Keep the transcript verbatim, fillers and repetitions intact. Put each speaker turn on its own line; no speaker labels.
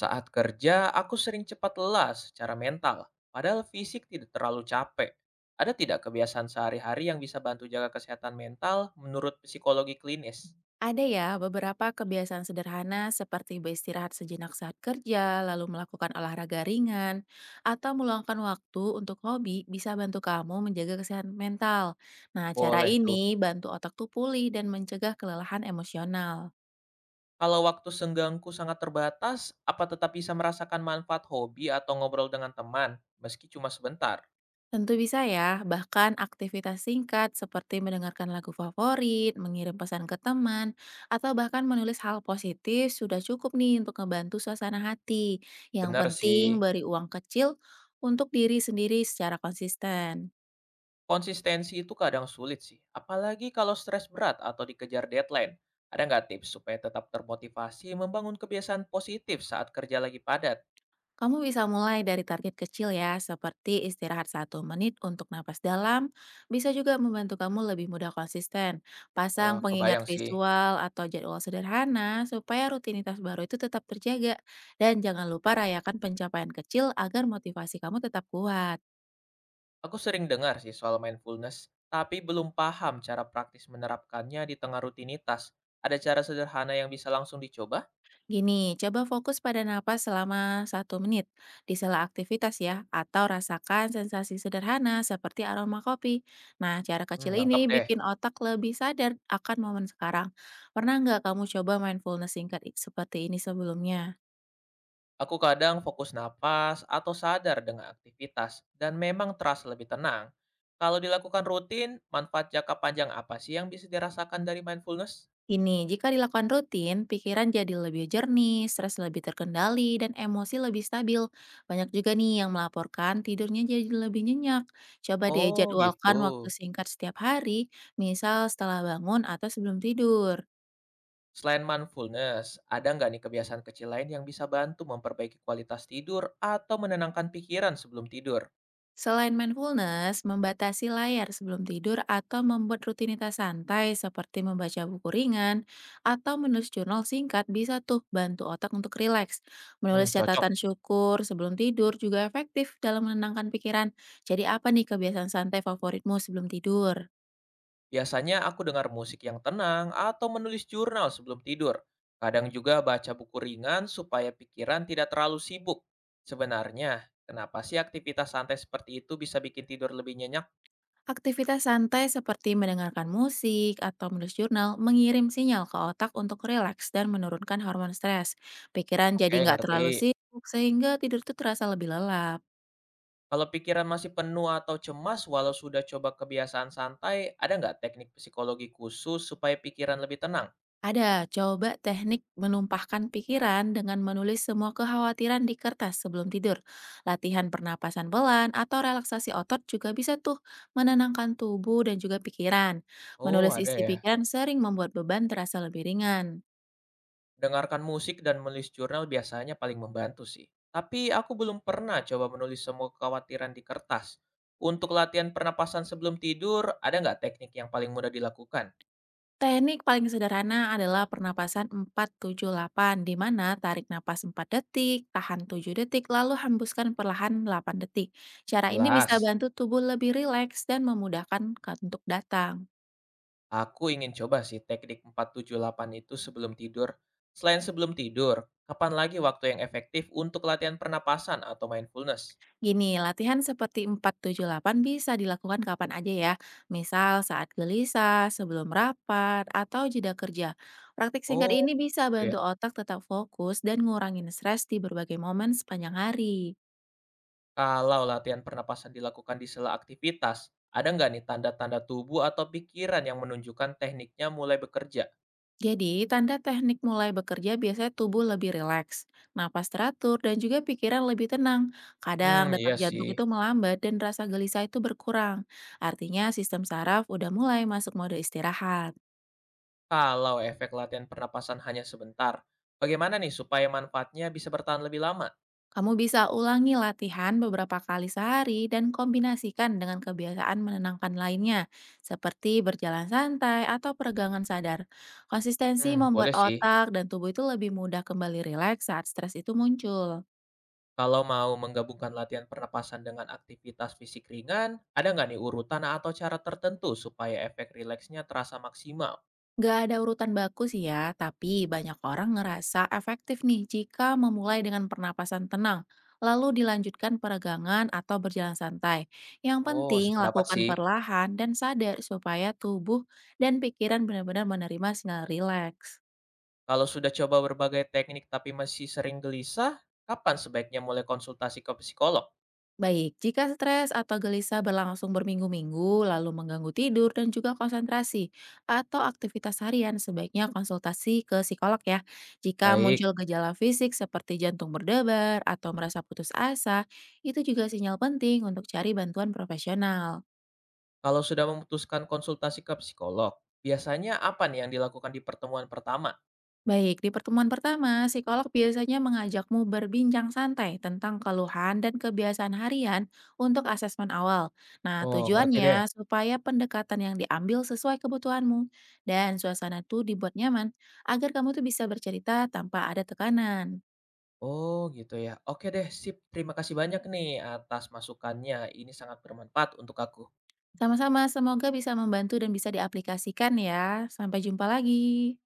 Saat kerja, aku sering cepat lelah secara mental, padahal fisik tidak terlalu capek. Ada tidak kebiasaan sehari-hari yang bisa bantu jaga kesehatan mental menurut psikologi klinis?
Ada ya, beberapa kebiasaan sederhana seperti beristirahat sejenak saat kerja, lalu melakukan olahraga ringan, atau meluangkan waktu untuk hobi bisa bantu kamu menjaga kesehatan mental. Nah, cara
Boleh tuh.
ini bantu otak tuh pulih dan mencegah kelelahan emosional.
Kalau waktu senggangku sangat terbatas, apa tetap bisa merasakan manfaat hobi atau ngobrol dengan teman, meski cuma sebentar?
Tentu bisa ya, bahkan aktivitas singkat seperti mendengarkan lagu favorit, mengirim pesan ke teman, atau bahkan menulis hal positif sudah cukup nih untuk membantu suasana hati. Yang
Benar
penting
sih,
beri uang kecil untuk diri sendiri secara konsisten.
konsistensi itu kadang sulit sih, apalagi kalau stres berat atau dikejar deadline. Ada nggak tips supaya tetap termotivasi membangun kebiasaan positif saat kerja lagi padat?
Kamu bisa mulai dari target kecil ya, seperti istirahat satu menit untuk napas dalam, bisa juga membantu kamu lebih mudah konsisten.
Eee,
Pasang
kebayang
pengingat
sih.
visual atau jadwal sederhana supaya rutinitas baru itu tetap terjaga. Dan jangan lupa rayakan pencapaian kecil agar motivasi kamu tetap kuat.
Aku sering dengar sih soal mindfulness, tapi belum paham cara praktis menerapkannya di tengah rutinitas. Ada cara sederhana yang bisa langsung dicoba?
Gini, coba fokus pada napas selama satu menit di sela aktivitas ya, atau rasakan sensasi sederhana seperti aroma kopi. Nah, cara
Hmm,
kecil
nangkep
ini
deh.
bikin otak lebih sadar akan momen sekarang. Pernah nggak kamu coba mindfulness singkat i- seperti ini sebelumnya?
Aku kadang fokus napas atau sadar dengan aktivitas dan memang terasa lebih tenang. Kalau dilakukan rutin, manfaat jangka panjang apa sih yang bisa dirasakan dari mindfulness?
Ini, jika dilakukan rutin, pikiran jadi lebih jernih, stres lebih terkendali, dan emosi lebih stabil. Banyak juga nih yang melaporkan tidurnya jadi lebih nyenyak. Coba deh
Oh gitu.
jadwalkan waktu singkat setiap hari, misal setelah bangun atau sebelum tidur.
Selain mindfulness, ada nggak nih kebiasaan kecil lain yang bisa bantu memperbaiki kualitas tidur atau menenangkan pikiran sebelum tidur?
Selain mindfulness, membatasi layar sebelum tidur atau membuat rutinitas santai seperti membaca buku ringan atau menulis jurnal singkat bisa tuh bantu otak untuk rileks.
Hmm,
Menulis
cocok.
catatan syukur sebelum tidur juga efektif dalam menenangkan pikiran. Jadi apa nih kebiasaan santai favoritmu sebelum tidur?
Biasanya aku dengar musik yang tenang atau menulis jurnal sebelum tidur. Kadang juga baca buku ringan supaya pikiran tidak terlalu sibuk. Sebenarnya, kenapa sih aktivitas santai seperti itu bisa bikin tidur lebih nyenyak?
Aktivitas santai seperti mendengarkan musik atau menulis jurnal mengirim sinyal ke otak untuk rileks dan menurunkan hormon stres. Pikiran jadi
Oke,
nggak
ngerti.
terlalu sibuk sehingga tidur tuh terasa lebih lelap.
Kalau pikiran masih penuh atau cemas walau sudah coba kebiasaan santai, ada nggak teknik psikologi khusus supaya pikiran lebih tenang?
Ada, coba teknik menumpahkan pikiran dengan menulis semua kekhawatiran di kertas sebelum tidur. Latihan pernapasan pelan atau relaksasi otot juga bisa tuh menenangkan tubuh dan juga pikiran.
Oh,
Menulis
ada
isi
ya.
pikiran sering membuat beban terasa lebih ringan.
Dengarkan musik dan menulis jurnal biasanya paling membantu sih. Tapi aku belum pernah coba menulis semua kekhawatiran di kertas. Untuk latihan pernapasan sebelum tidur, ada nggak teknik yang paling mudah dilakukan?
Teknik paling sederhana adalah pernapasan empat tujuh delapan, di mana tarik napas empat detik, tahan tujuh detik, lalu hembuskan perlahan delapan detik. Cara ini bisa
Jelas.
bantu tubuh lebih rileks dan memudahkan untuk datang.
Aku ingin coba sih teknik empat tujuh delapan itu sebelum tidur. Selain sebelum tidur, kapan lagi waktu yang efektif untuk latihan pernapasan atau mindfulness?
Gini, latihan seperti empat tujuh delapan bisa dilakukan kapan aja ya. Misal saat gelisah, sebelum rapat, atau jeda kerja. Praktik singkat
Oh,
ini bisa
gitu ya.
bantu otak tetap fokus dan ngurangin stres di berbagai momen sepanjang hari.
Kalau latihan pernapasan dilakukan di sela aktivitas, ada nggak nih tanda-tanda tubuh atau pikiran yang menunjukkan tekniknya mulai bekerja?
Jadi, tanda teknik mulai bekerja biasanya tubuh lebih rileks, napas teratur, dan juga pikiran lebih tenang.
Hmm,
Kadang
iya
detak
sih.
jantung itu melambat dan rasa gelisah itu berkurang. Artinya sistem saraf udah mulai masuk mode istirahat.
Kalau efek latihan pernapasan hanya sebentar, bagaimana nih supaya manfaatnya bisa bertahan lebih lama?
Kamu bisa ulangi latihan beberapa kali sehari dan kombinasikan dengan kebiasaan menenangkan lainnya, seperti berjalan santai atau peregangan sadar. Konsistensi
Hmm, boleh
membuat
sih.
otak dan tubuh itu lebih mudah kembali rileks saat stres itu muncul.
Kalau mau menggabungkan latihan pernapasan dengan aktivitas fisik ringan, ada nggak nih urutan atau cara tertentu supaya efek rileksnya terasa maksimal?
Nggak ada urutan baku sih ya, tapi banyak orang ngerasa efektif nih jika memulai dengan pernapasan tenang, lalu dilanjutkan peregangan atau berjalan santai. Yang
Oh,
penting
sependapat
lakukan
sih.
perlahan dan sadar supaya tubuh dan pikiran benar-benar menerima sinyal rileks.
Kalau sudah coba berbagai teknik tapi masih sering gelisah, kapan sebaiknya mulai konsultasi ke psikolog?
Baik, jika stres atau gelisah berlangsung berminggu-minggu, lalu mengganggu tidur dan juga konsentrasi atau aktivitas harian, sebaiknya konsultasi ke psikolog ya. Jika
Baik,
muncul gejala fisik seperti jantung berdebar atau merasa putus asa, itu juga sinyal penting untuk cari bantuan profesional.
kalau sudah memutuskan konsultasi ke psikolog, biasanya apa nih yang dilakukan di pertemuan pertama?
Baik, di pertemuan pertama, psikolog biasanya mengajakmu berbincang santai tentang keluhan dan kebiasaan harian untuk asesmen awal. Nah,
Oh, ngerti deh.
tujuannya supaya pendekatan yang diambil sesuai kebutuhanmu dan suasana itu dibuat nyaman agar kamu tuh bisa bercerita tanpa ada tekanan.
Oh, gitu ya. Oke deh, sip. Terima kasih banyak nih atas masukannya. Ini sangat bermanfaat untuk aku.
Sama-sama, semoga bisa membantu dan bisa diaplikasikan ya. Sampai jumpa lagi.